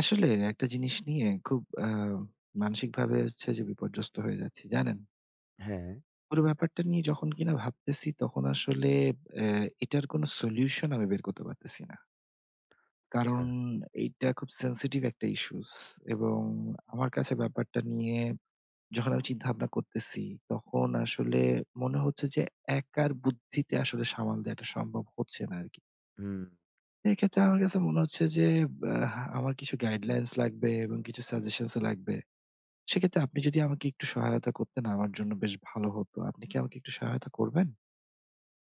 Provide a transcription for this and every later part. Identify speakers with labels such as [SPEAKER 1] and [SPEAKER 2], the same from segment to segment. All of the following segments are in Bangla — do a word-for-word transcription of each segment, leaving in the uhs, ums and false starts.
[SPEAKER 1] আসলে একটা জিনিস নিয়ে খুব আ মানসিকভাবে হচ্ছে যে বিপর্যস্ত হয়ে যাচ্ছি, জানেন?
[SPEAKER 2] হ্যাঁ,
[SPEAKER 1] পুরো ব্যাপারটা নিয়ে যখন কিনা ভাবতেছি তখন আসলে অ্যা এটার কোনো সলিউশন আমি বের করতে পারতেছি না।
[SPEAKER 2] আচ্ছা।
[SPEAKER 1] কারণ এইটা খুব সেনসিটিভ একটা ইস্যুস এবং আমার কাছে ব্যাপারটা নিয়ে যখন আমি চিন্তাভাবনা করতেছি তখন আসলে মনে হচ্ছে যে একার বুদ্ধিতে আসলে সামাল দেওয়াটা সম্ভব হচ্ছে না আরকি।
[SPEAKER 2] হুম।
[SPEAKER 1] এক্ষেত্রে আমার কাছে মনে হচ্ছে যে আহ আমার কিছু গাইডলাইনস লাগবে এবং কিছু সাজেশনস ও লাগবে। সেক্ষেত্রে আপনি যদি আমাকে একটু সহায়তা করতেন আমার জন্য বেশ ভালো হতো। আপনি কি আমাকে একটু সহায়তা করবেন?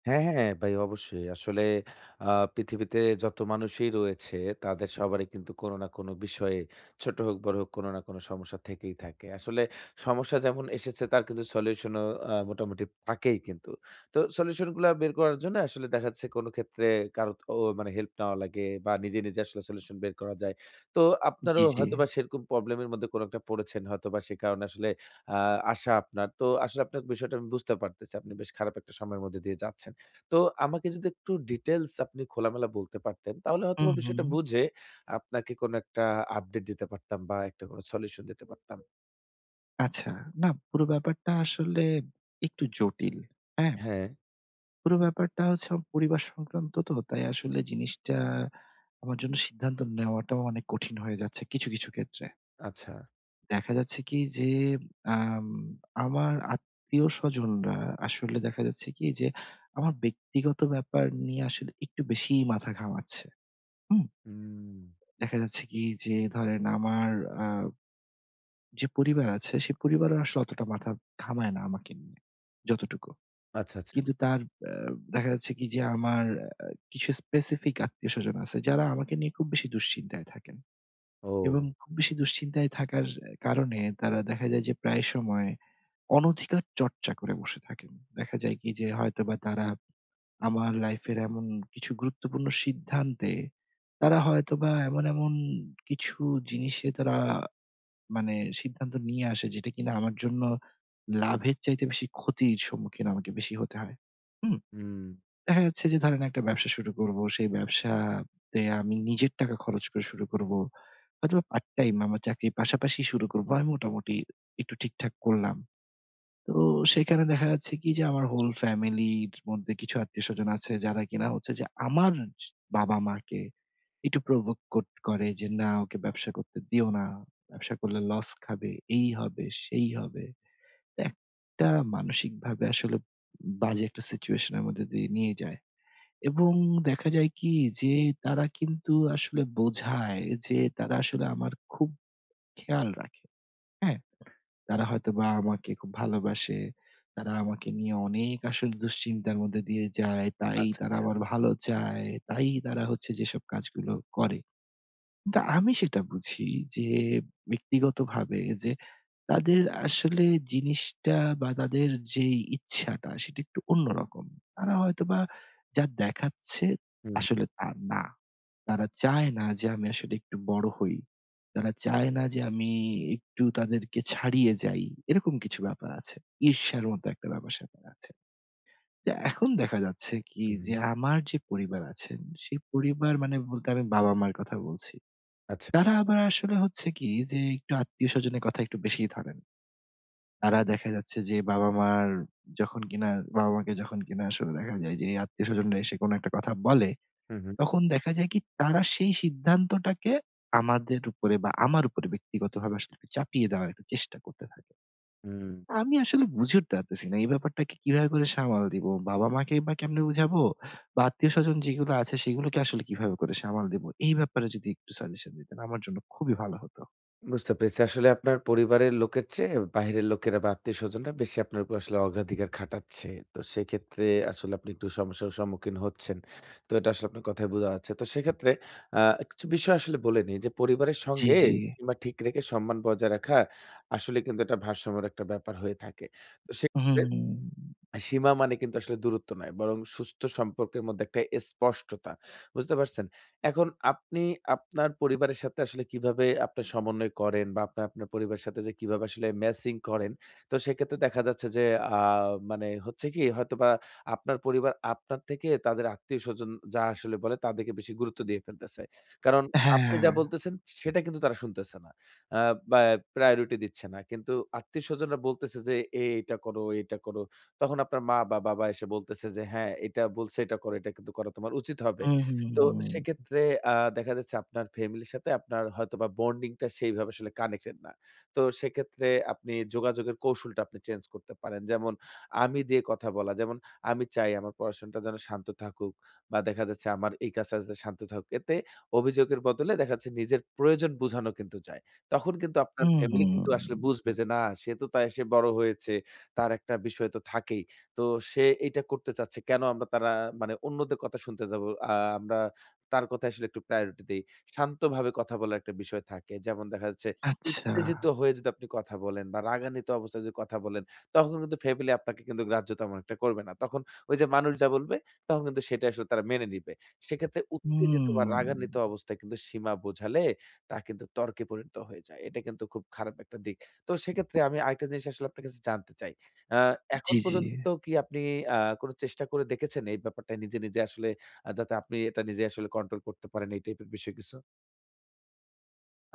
[SPEAKER 2] হ্যাঁ, হ্যাঁ, ভাই অবশ্যই। আসলে আ পৃথিবীতে যত মানুষই রয়েছে তাদের সবারই কিন্তু কোনো না কোনো বিষয়ে ছোট হোক, বড় হোক কোনো না কোনো সমস্যা থেকেই থাকে। আসলে সমস্যা যেমন এসেছে তার কিন্তু সলিউশন ও আ মোটামুটি থাকেই কিন্তু। তো সলিউশন গুলা বের করার জন্য আসলে দেখা যাচ্ছে কোনো ক্ষেত্রে কারো ও মানে হেল্প নেওয়া লাগে বা নিজে, নিজে আসলে সলিউশন বের করা যায়। তো আপনারও
[SPEAKER 1] জি, জি।
[SPEAKER 2] হয়তোবা সেরকম প্রবলেম এর মধ্যে কোনো একটা পড়েছেন হয়তোবা সে কারণে আসলে আ আশা আপনার। তো আসলে আপনার বিষয়টা আমি বুঝতে পারতেছি। আপনি বেশ খারাপ একটা সময়ের মধ্যে দিয়ে যাচ্ছেন। তো আমাকে যদি একটু ডিটেইলস আপনি খোলামেলা বলতে পারতেন, তাহলে
[SPEAKER 1] হুম,
[SPEAKER 2] হয়তোবা
[SPEAKER 1] হুম।
[SPEAKER 2] বিষয়টা বুঝে আপনাকে কোনো একটা আপডেট দিতে পারতাম বা একটা কোনো সলিউশন দিতে পারতাম।
[SPEAKER 1] আচ্ছা। না পুরো ব্যাপারটা আসলে একটু জটিল। হ্যাঁ?
[SPEAKER 2] হ্যাঁ,
[SPEAKER 1] পুরো ব্যাপারটা হচ্ছে আমার পরিবার সংক্রান্ত তো। তাই আসলে জিনিসটা আমার জন্য সিদ্ধান্ত নেওয়াটাও অনেক কঠিন হয়ে যাচ্ছে কিছু, কিছু ক্ষেত্রে।
[SPEAKER 2] আচ্ছা।
[SPEAKER 1] দেখা যাচ্ছে কি যে আম আমার আত্মীয়স্বজনরা আসলে দেখা যাচ্ছে কি যে আমার ব্যক্তিগত ব্যাপার নিয়ে আসলে একটু বেশিই মাথা ঘামাচ্ছে। হুম?
[SPEAKER 2] হুম।
[SPEAKER 1] দেখা যাচ্ছে কি যে ধরেন আমার আ যে পরিবার আছে, সে পরিবারও আসলে অতটা মাথা ঘামায় না আমাকে নিয়ে, যতটুকু।
[SPEAKER 2] আচ্ছা, আচ্ছা।
[SPEAKER 1] কিন্তু তার আ দেখা যাচ্ছে কি যে আমার আ কিছু স্পেসিফিক আত্মীয়স্বজন আছে যারা আমাকে নিয়ে খুব বেশি দুশ্চিন্তায় থাকেন। এবং
[SPEAKER 2] ও!
[SPEAKER 1] খুব বেশি দুশ্চিন্তায় থাকার কারণে তারা দেখা যায় যে প্রায় সময় অনধিকার চর্চা করে বসে থাকেন। দেখা যায় কি যে হয়তোবা তারা আমার লাইফের এমন কিছু গুরুত্বপূর্ণ সিদ্ধান্তে তারা হয়তোবা এমন, এমন কিছু জিনিসে তারা মানে সিদ্ধান্ত নিয়ে আসে যেটা কিনা আমার জন্য লাভের চাইতে বেশি ক্ষতির সম্মুখীন আমাকে বেশি হতে হয়। হুম?
[SPEAKER 2] হুম।
[SPEAKER 1] দেখা যাচ্ছে যে ধরেন একটা ব্যবসা শুরু করব, সেই ব্যবসাতে আমি নিজের টাকা খরচ করে শুরু করব। হয়তোবা পার্ট টাইম আমার চাকরির পাশাপাশি শুরু করব। আমি মোটামুটি একটু ঠিকঠাক করলাম। তো সেখানে দেখা যাচ্ছে কি যে আমার হোল ফ্যামিলির মধ্যে কিছু আত্মীয়স্বজন আছে যারা কিনা হচ্ছে যে আমার বাবা-মাকে একটু প্রভোক কোট করে যে, "না ওকে ব্যবসা করতে দিও না। ব্যবসা করলে লস খাবে, এই হবে, সেই হবে।" তো একটা মানসিকভাবে আসলে বাজে একটা সিচুয়েশন এর মধ্যে দিয়ে নিয়ে যায়। এবং দেখা যায় কি যে তারা কিন্তু আসলে বোঝায় যে তারা আসলে আমার খুব খেয়াল রাখে। হ্যাঁ? তারা হয়তোবা আমাকে খুব ভালোবাসে। তারা আমাকে নিয়ে অনেক আসলে দুশ্চিন্তার মধ্যে দিয়ে যায়। তাই
[SPEAKER 2] আচ্ছা,
[SPEAKER 1] তারা
[SPEAKER 2] আচ্ছা।
[SPEAKER 1] আমার ভালো চায়। তাই তারা হচ্ছে যেসব কাজগুলো করে। তা আমি সেটা বুঝি যে ব্যক্তিগতভাবে যে তাদের আসলে জিনিসটা বা তাদের যেই ইচ্ছাটা সেটা একটু অন্যরকম। তারা হয়তোবা যা দেখাচ্ছে
[SPEAKER 2] হুম, হুম,
[SPEAKER 1] আসলে তা না। তারা চায় না যে আমি আসলে একটু বড় হই। তারা চায় না যে আমি একটু তাদেরকে ছাড়িয়ে যাই। এরকম কিছু ব্যাপার আছে। ঈর্ষার মতো একটা ব্যাপার-স্যাপার আছে। তো এখন দেখা যাচ্ছে কি
[SPEAKER 2] হুম, হুম।
[SPEAKER 1] যে আমার যে পরিবার আছেন সেই পরিবার মানে বলতে আমি বাবা-মার কথা বলছি।
[SPEAKER 2] আচ্ছা।
[SPEAKER 1] তারা আবার আসলে হচ্ছে কি যে একটু আত্মীয়স্বজনের কথা একটু বেশিই ধরেন। তারা দেখা যাচ্ছে যে বাবা-মার যখন কিনা বাবা-মাকে যখন কিনা আসলে দেখা যায় যে আত্মীয়স্বজনরা এসে কোনো একটা কথা বলে,
[SPEAKER 2] হুম, হুম,
[SPEAKER 1] তখন দেখা যায় কি তারা সেই সিদ্ধান্তটাকে আমাদের উপরে বা আমার উপরে ব্যক্তিগতভাবে আসলে একটু চাপিয়ে দেওয়ার একটা চেষ্টা করতে থাকে।
[SPEAKER 2] হুম।
[SPEAKER 1] আমি আসলে বুঝে উঠতে পারতেছি না এই ব্যাপারটাকে কিভাবে করে সামাল দিব? বাবা-মাকে বা কেমনে বুঝাবো? বা আত্মীয়স্বজন যেগুলো আছে সেগুলোকে আসলে কিভাবে করে সামাল দিব? এই ব্যাপারে যদি একটু সাজেশন দিতেন আমার জন্য খুবই ভালো হতো।
[SPEAKER 2] বুঝতে পেরেছি। আসলে আপনার পরিবারের লোকের চেয়ে বাহিরের লোকেরা বা আত্মীয়স্বজনরা বেশি আপনার উপর আসলে অগ্রাধিকার খাটাচ্ছে। তো সেক্ষেত্রে আসলে আপনি একটু সমস্যার সম্মুখীন হচ্ছেন। তো এটা আসলে আপনার কথায় বোঝা যাচ্ছে। তো সেক্ষেত্রে আ কিছু বিষয় আসলে বলে নিই যে পরিবারের
[SPEAKER 1] জি,
[SPEAKER 2] সঙ্গে
[SPEAKER 1] জি।
[SPEAKER 2] সীমা ঠিক রেখে সম্মান বজায় রাখা আসলে কিন্তু এটা ভারসাম্যের একটা ব্যাপার হয়ে থাকে। তো সেক্ষেত্রে
[SPEAKER 1] হুম।
[SPEAKER 2] আ সীমা মানে কিন্তু আসলে দূরত্ব নয়, বরং সুস্থ সম্পর্কের মধ্যে একটা স্পষ্টতা। বুঝতে পারছেন? এখন আপনি আপনার পরিবারের সাথে আসলে কিভাবে আপনার সমন্বয় করেন বা আপনার, আপনার পরিবারের সাথে যে কিভাবে আসলে ম্যাচিং করেন? তো সেক্ষেত্রে দেখা যাচ্ছে যে আ মানে হচ্ছে কি হয়তোবা আপনার পরিবার আপনার থেকে তাদের আত্মীয়স্বজন যা আসলে বলে তাদেরকে বেশি গুরুত্ব দিয়ে ফেলতেছে। কারণ আপনি যা
[SPEAKER 1] হ্যাঁ।
[SPEAKER 2] বলতেছেন সেটা কিন্তু তারা শুনতেছে না। আ বা প্রায়োরিটি দিচ্ছে না। কিন্তু আত্মীয়স্বজনরা বলতেছে যে, "এ এটা করো, এটা করো।" তখন আপনার মা বা বাবা এসে বলতেছে যে, "হ্যাঁ, এটা বলছে এটা করো, এটা কিন্তু করা তোমার উচিত হবে।"
[SPEAKER 1] হুম, হুম,
[SPEAKER 2] তো
[SPEAKER 1] হুম।
[SPEAKER 2] সেক্ষেত্রে আ দেখা যাচ্ছে আপনার ফ্যামিলির সাথে আপনার হয়তোবা বন্ডিংটা সেইভাবে আসলে কানেক্টেড না। তো সেক্ষেত্রে আপনি যোগাযোগের কৌশলটা আপনি চেঞ্জ করতে পারেন। যেমন আমি দিয়ে কথা বলা। যেমন আমি চাই আমার পড়াশোনাটা যেন শান্ত থাকুক বা দেখা যাচ্ছে আমার এই কাজটা যাতে শান্ত থাকুক। এতে অভিযোগের বদলে দেখা যাচ্ছে নিজের প্রয়োজন বোঝানো কিন্তু যায়। তখন কিন্তু আপনার ফ্যামিলি কিন্তু
[SPEAKER 1] হুম।
[SPEAKER 2] আসলে বুঝবে যে, "না, সে তো তাই সে বড় হয়েছে। তার একটা বিষয় তো থাকেই। তো সে এইটা করতে চাচ্ছে। কেন আমরা তারা মানে অন্যদের কথা শুনতে যাব? আ আমরা তার কথায় আসলে একটু প্রায়োরিটি দেই। শান্তভাবে কথা বলার একটা বিষয় থাকে। যেমন দেখা যাচ্ছে
[SPEAKER 1] আচ্ছা।
[SPEAKER 2] উত্তেজিত হয়ে যদি আপনি কথা বলেন বা রাগান্বিত অবস্থায় যদি কথা বলেন, তখন কিন্তু ফ্যামিলি আপনাকে কিন্তু গ্রাহ্য তেমন একটা করবে না। তখন ওই যে মানুষ যা বলবে তখন কিন্তু সেটা আসলে তারা মেনে নিবে। সেক্ষেত্রে উত্তেজিত বা রাগান্বিত
[SPEAKER 1] হুম।
[SPEAKER 2] অবস্থায় কিন্তু সীমা বোঝালে তা কিন্তু তর্কে পরিণত হয়ে যায়। এটা কিন্তু খুব খারাপ একটা দিক। তো সেক্ষেত্রে আমি আরেকটা জিনিস আসলে আপনার কাছে জানতে চাই। আ এখন
[SPEAKER 1] জি, জি।
[SPEAKER 2] পর্যন্ত কি আপনি আ কোন চেষ্টা করে দেখেছেন এই ব্যাপারটা নিজে, নিজে আসলে আ যাতে আপনি এটা নিজে আসলে কন্ট্রোল করতে পারেন এই টাইপের বিষয় কিছু?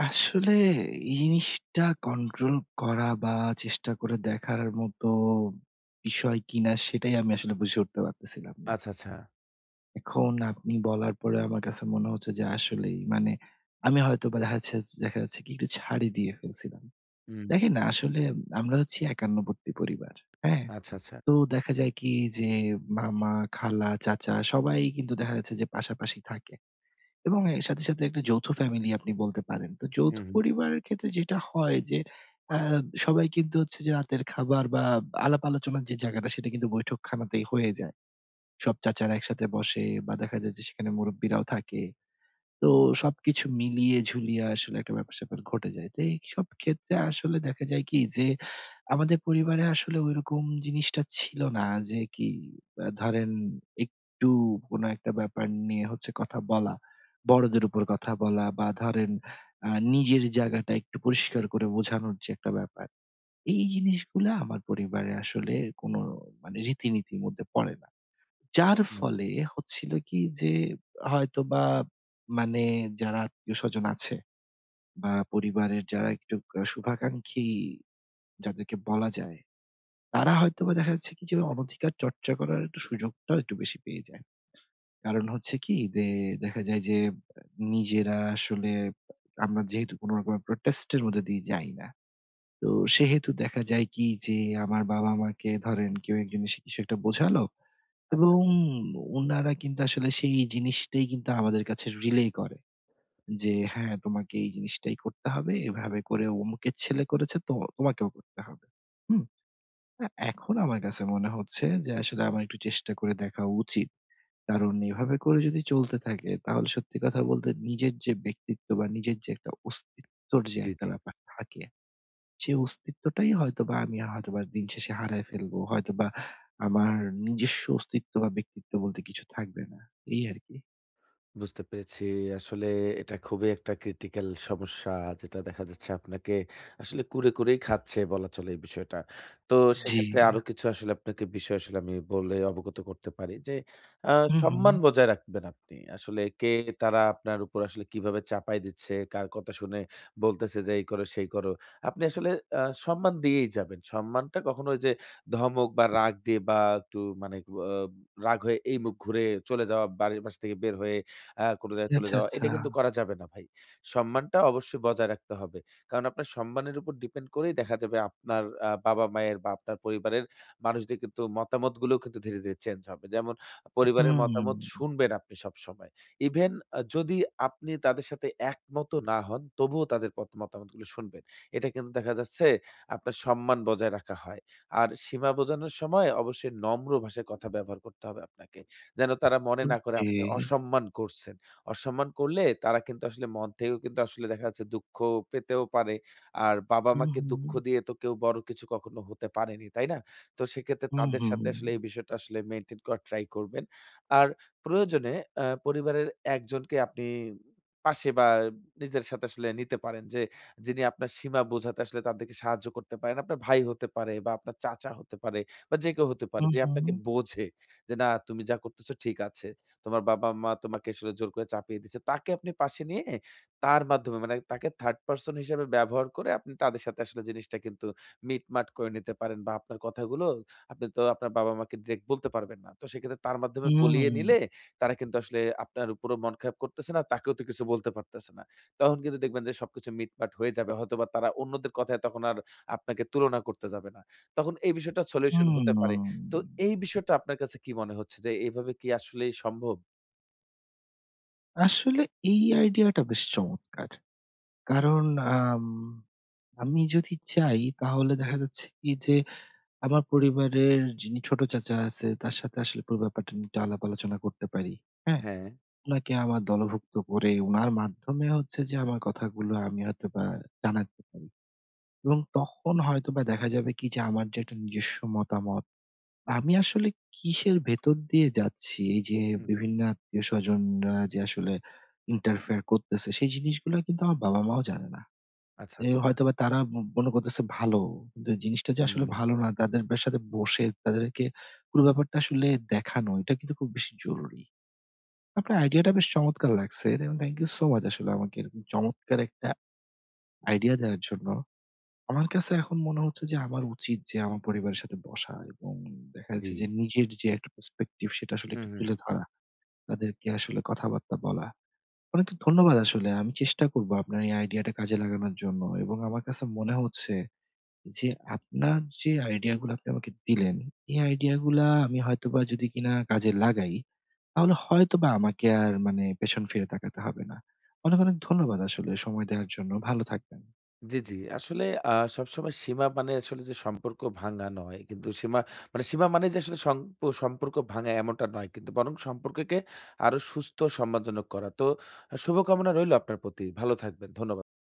[SPEAKER 1] আসলে এই জিনিসটা কন্ট্রোল করা বা চেষ্টা করে দেখার মতো বিষয় কিনা সেটাই আমি আসলে বুঝে উঠতে পারতেছিলাম না।
[SPEAKER 2] আচ্ছা, আচ্ছা।
[SPEAKER 1] এখন আপনি বলার পরে আমার কাছে মনে হচ্ছে যে আসলেই মানে আমি হয়তোবা দেখা যাচ্ছে দেখা যাচ্ছে কি একটু ছাড়ই দিয়ে ফেলছিলাম।
[SPEAKER 2] হুম,
[SPEAKER 1] দেখেন না আসলে আমরা হচ্ছি একান্নবর্তী পরিবার। হ্যাঁ?
[SPEAKER 2] আচ্ছা, আচ্ছা।
[SPEAKER 1] তো দেখা যায় কি যে মামা, খালা, চাচা সবাই কিন্তু দেখা যাচ্ছে যে পাশাপাশি থাকে এবং এর সাথে, সাথে একটা যৌথ ফ্যামিলি আপনি বলতে পারেন। তো যৌথ
[SPEAKER 2] হুম, হুম,
[SPEAKER 1] পরিবারের ক্ষেত্রে যেটা হয় যে আ সবাই কিন্তু হচ্ছে যে রাতের খাবার বা আলাপ আলোচনার যে জায়গাটা সেটা কিন্তু বৈঠকখানাতেই হয়ে যায়। সব চাচারা একসাথে বসে বা দেখা যায় যে সেখানে মুরুব্বিরাও থাকে। তো সবকিছু মিলিয়ে ঝুলিয়ে আসলে একটা ব্যাপার-স্যাপার ঘটে যায়। তো এইসব ক্ষেত্রে আসলে দেখা যায় কি যে, আমাদের পরিবারে আসলে ঐরকম জিনিসটা ছিল না যে কি আ ধরেন একটু কোনো একটা ব্যাপার নিয়ে হচ্ছে কথা বলা। বড়দের উপর কথা বলা বা ধরেন আ নিজের জায়গাটা একটু পরিষ্কার করে বোঝানোর যে একটা ব্যাপার। এই জিনিসগুলা আমার পরিবারে আসলে কোনো মানে রীতিনীতির মধ্যে পড়ে না। যার
[SPEAKER 2] হুম।
[SPEAKER 1] ফলে হচ্ছিল কি যে হয়তোবা মানে যারা আত্মীয়স্বজন আছে বা পরিবারের যারা একটু আ শুভাকাঙ্ক্ষী যাদেরকে বলা যায়, তারা হয়তোবা দেখা যাচ্ছে কি যে অনধিকার চর্চা করার একটু সুযোগটাও একটু বেশি পেয়ে যায়। কারণ হচ্ছে কি যে দেখা যায় যে আ নিজেরা আসলে আমরা যেহেতু কোন রকমের প্রোটেস্ট এর মধ্যে দিয়ে যাই না। তো সেহেতু দেখা যায় কি যে আমার বাবা-মাকে ধরেন কেউ একজন এসে কিছু একটা বোঝালো
[SPEAKER 2] আচ্ছা,
[SPEAKER 1] এবং
[SPEAKER 2] আচ্ছা।
[SPEAKER 1] উনারা কিন্তু আসলে সেই জিনিসটাই কিন্তু আমাদের কাছে রিলেই করে। যে হ্যাঁ, তোমাকে এই জিনিসটাই করতে হবে। এভাবে করে অমুকের ছেলে করেছে তো তোমাকেও করতে হবে। হুম? আ এখন আমার কাছে মনে হচ্ছে যে আসলে আমার একটু চেষ্টা করে দেখা উচিত। কারণ এভাবে করে যদি চলতে থাকে তাহলে সত্যি কথা বলতে নিজের যে ব্যক্তিত্ব বা নিজের যে একটা অস্তিত্বর যে
[SPEAKER 2] জি,
[SPEAKER 1] একটা
[SPEAKER 2] জি।
[SPEAKER 1] ব্যাপার থাকে সেই অস্তিত্বটাই হয়তোবা আমি হয়তোবা দিন শেষে হারায় ফেলবো। হয়তোবা আমার নিজস্ব অস্তিত্ব বা ব্যক্তিত্ব বলতে কিছু থাকবে না। এই আরকি।
[SPEAKER 2] বুঝতে পেরেছি। আসলে এটা খুবই একটা ক্রিটিক্যাল সমস্যা যেটা দেখা যাচ্ছে আপনাকে আসলে কুরে, কুরেই খাচ্ছে বলা চলে এই বিষয়টা। তো
[SPEAKER 1] জি।
[SPEAKER 2] সেক্ষেত্রে আরো কিছু আসলে আপনাকে বিষয় আসলে আমি বলে অবগত করতে পারি যে আ
[SPEAKER 1] হুম, হুম।
[SPEAKER 2] সম্মান বজায় রাখবেন আপনি। আসলে কে তারা আপনার উপর আসলে কিভাবে চাপায় দিচ্ছে, কার কথা শুনে বলতেছে যে এই করো, সেই করো। আপনি আসলে আ সম্মান দিয়েই যাবেন। সম্মানটা কখনো ওই যে ধমক বা রাগ দিয়ে বা একটু মানে অ রাগ হয়ে এই মুখ ঘুরে চলে যাওয়া, বাড়ির বাসা থেকে বের হয়ে আ কোনো জায়গায় চলে
[SPEAKER 1] আচ্ছা,
[SPEAKER 2] যাওয়া,
[SPEAKER 1] আচ্ছা।
[SPEAKER 2] এটা কিন্তু করা যাবে না ভাই। সম্মানটা অবশ্যই বজায় রাখতে হবে। কারণ আপনার সম্মানের উপর ডিপেন্ড করেই দেখা যাবে আপনার আ বাবা-মায়ের বা আপনার পরিবারের মানুষদের কিন্তু মতামতগুলোও কিন্তু ধীরে, ধীরে চেঞ্জ হবে। যেমন পরিবারের
[SPEAKER 1] হুম।
[SPEAKER 2] মতামত শুনবেন আপনি সবসময়। ইভেন আ যদি আপনি তাদের সাথে একমতও না হন, তবুও তাদের পত মতামতগুলো শুনবেন। এটা কিন্তু দেখা যাচ্ছে আপনার সম্মান বজায় রাখা হয়। আর সীমা বোঝানোর সময় অবশ্যই নম্র ভাষায় কথা ব্যবহার করতে হবে আপনাকে। যেন তারা মনে না করে
[SPEAKER 1] ওকে।
[SPEAKER 2] আপনি অসম্মান করছেন। অসম্মান করলে তারা কিন্তু আসলে মন থেকেও কিন্তু আসলে দেখা যাচ্ছে দুঃখ পেতেও পারে। আর
[SPEAKER 1] হু,
[SPEAKER 2] বাবা-মাকে
[SPEAKER 1] হুম।
[SPEAKER 2] দুঃখ দিয়ে তো কেউ বড় কিছু কখনো হতে পারেনি, তাই না? তো সেক্ষেত্রে
[SPEAKER 1] হু,
[SPEAKER 2] তাদের
[SPEAKER 1] হুম।
[SPEAKER 2] সাথে আসলে এই বিষয়টা আসলে মেইনটেইন করার ট্রাই করবেন। আর প্রয়োজনে আ পরিবারের একজনকে আপনি পাশে বা নিজের সাথে আসলে নিতে পারেন যে, যিনি আপনার সীমা বোঝাতে আসলে তাদেরকে সাহায্য করতে পারেন। আপনার ভাই হতে পারে বা আপনার চাচা হতে পারে বা যে কেউ হতে
[SPEAKER 1] হু,
[SPEAKER 2] পারে যে
[SPEAKER 1] হুম।
[SPEAKER 2] আপনাকে বোঝে। যে না তুমি যা করতেছো ঠিক আছে। তোমার বাবা-মা তোমাকে আসলে জোর করে চাপিয়ে দিচ্ছে। তাকে আপনি পাশে নিয়ে তার মাধ্যমে মানে তাকে থার্ড পারসন হিসেবে ব্যবহার করে আপনি তাদের সাথে আসলে জিনিসটা কিন্তু মিটমাট করে নিতে পারেন বা আপনার কথাগুলো আপনি তো আপনার বাবা-মাকে ডিরেক্ট বলতে পারবেন না। তো সেক্ষেত্রে তার মাধ্যমে বলিয়ে
[SPEAKER 1] হুম।
[SPEAKER 2] নিলে তারা কিন্তু আসলে আপনার উপরও মন খারাপ করতেছে না, তাকেও তো কিছু বলতে পারতেছে না। তখন কিন্তু দেখবেন যে সবকিছু মিটমাট হয়ে যাবে। হয়তোবা তারা অন্যদের কথায় তখন আর আপনাকে তুলনা করতে যাবে না। তখন এই বিষয়টা সলিউশন হতে
[SPEAKER 1] হুম।
[SPEAKER 2] পারে। তো এই বিষয়টা আপনার কাছে কি মনে হচ্ছে যে এভাবে কি আসলেই সম্ভব?
[SPEAKER 1] আসলে এই আইডিয়াটা বেশ চমৎকার। কারণ আম আমি যদি চাই তাহলে দেখা যাচ্ছে কি যে আমার পরিবারের যিনি ছোট চাচা আছে, তার সাথে আসলে পুরো ব্যাপারটা নিয়ে একটু আলাপ আলোচনা করতে পারি। হ্যাঁ?
[SPEAKER 2] হ্যাঁ।
[SPEAKER 1] উনাকে আমার দলভুক্ত করে উনার মাধ্যমে হচ্ছে যে আমার কথাগুলো আমি হয়তোবা জানাতে পারি। এবং তখন হয়তোবা দেখা যাবে কি যে আমার যে একটা নিজস্ব মতামত, আমি আসলে কিসের ভেতর দিয়ে যাচ্ছি? এই যে
[SPEAKER 2] হুম, হুম।
[SPEAKER 1] বিভিন্ন আত্মীয়স্বজনরা যে আসলে ইন্টারফেয়ার করতেছে, সেই জিনিসগুলো কিন্তু আমার বাবা-মাও জানে না।
[SPEAKER 2] আচ্ছা,
[SPEAKER 1] এ
[SPEAKER 2] আচ্ছা।
[SPEAKER 1] হয়তোবা তারা ম মনে করতেছে ভালো। কিন্তু জিনিসটা যে আসলে
[SPEAKER 2] হুম,
[SPEAKER 1] ভালো না তাদের বে সাথে বসে তাদেরকে পুরো ব্যাপারটা আসলে দেখানো এটা কিন্তু খুব বেশি জরুরি। আপনার আইডিয়াটা বেশ চমৎকার লাগছে এবং থ্যাংক ইউ সো মাচ আসলে আমাকে এরকম চমৎকার একটা আইডিয়া দেওয়ার জন্য। আমার কাছে এখন মনে হচ্ছে যে আমার উচিত যে আমার পরিবারের সাথে বসা এবং দেখা
[SPEAKER 2] জি।
[SPEAKER 1] যাচ্ছে যে নিজের যে একটা perspective সেটা আসলে
[SPEAKER 2] হুম,
[SPEAKER 1] একটু
[SPEAKER 2] হুম।
[SPEAKER 1] তুলে ধরা। তাদেরকে আসলে কথাবার্তা বলা। অনেক ধন্যবাদ আসলে। আমি চেষ্টা করব আপনার এই আইডিয়াটা কাজে লাগানোর জন্য এবং আমার কাছে মনে হচ্ছে যে আপনার যে আইডিয়া গুলো আপনি আমাকে দিলেন, এই আইডিয়া গুলা আমি হয়তোবা যদি কিনা কাজে লাগাই, তাহলে হয়তোবা আমাকে আর মানে পেছন ফিরে তাকাতে হবে না। অনেক, অনেক ধন্যবাদ আসলে সময় দেওয়ার জন্য। ভালো থাকবেন।
[SPEAKER 2] জি, জি। আসলে আ সবসময় সীমা মানে আসলে যে সম্পর্ক ভাঙা নয়। কিন্তু সীমা মানে সীমা মানে যে আসলে সম্প সম্পর্ক ভাঙা এমনটা নয়। কিন্তু বরং সম্পর্ককে আরো সুস্থ সম্মানজনক করা। তো শুভকামনা রইলো আপনার প্রতি। ভালো থাকবেন। ধন্যবাদ।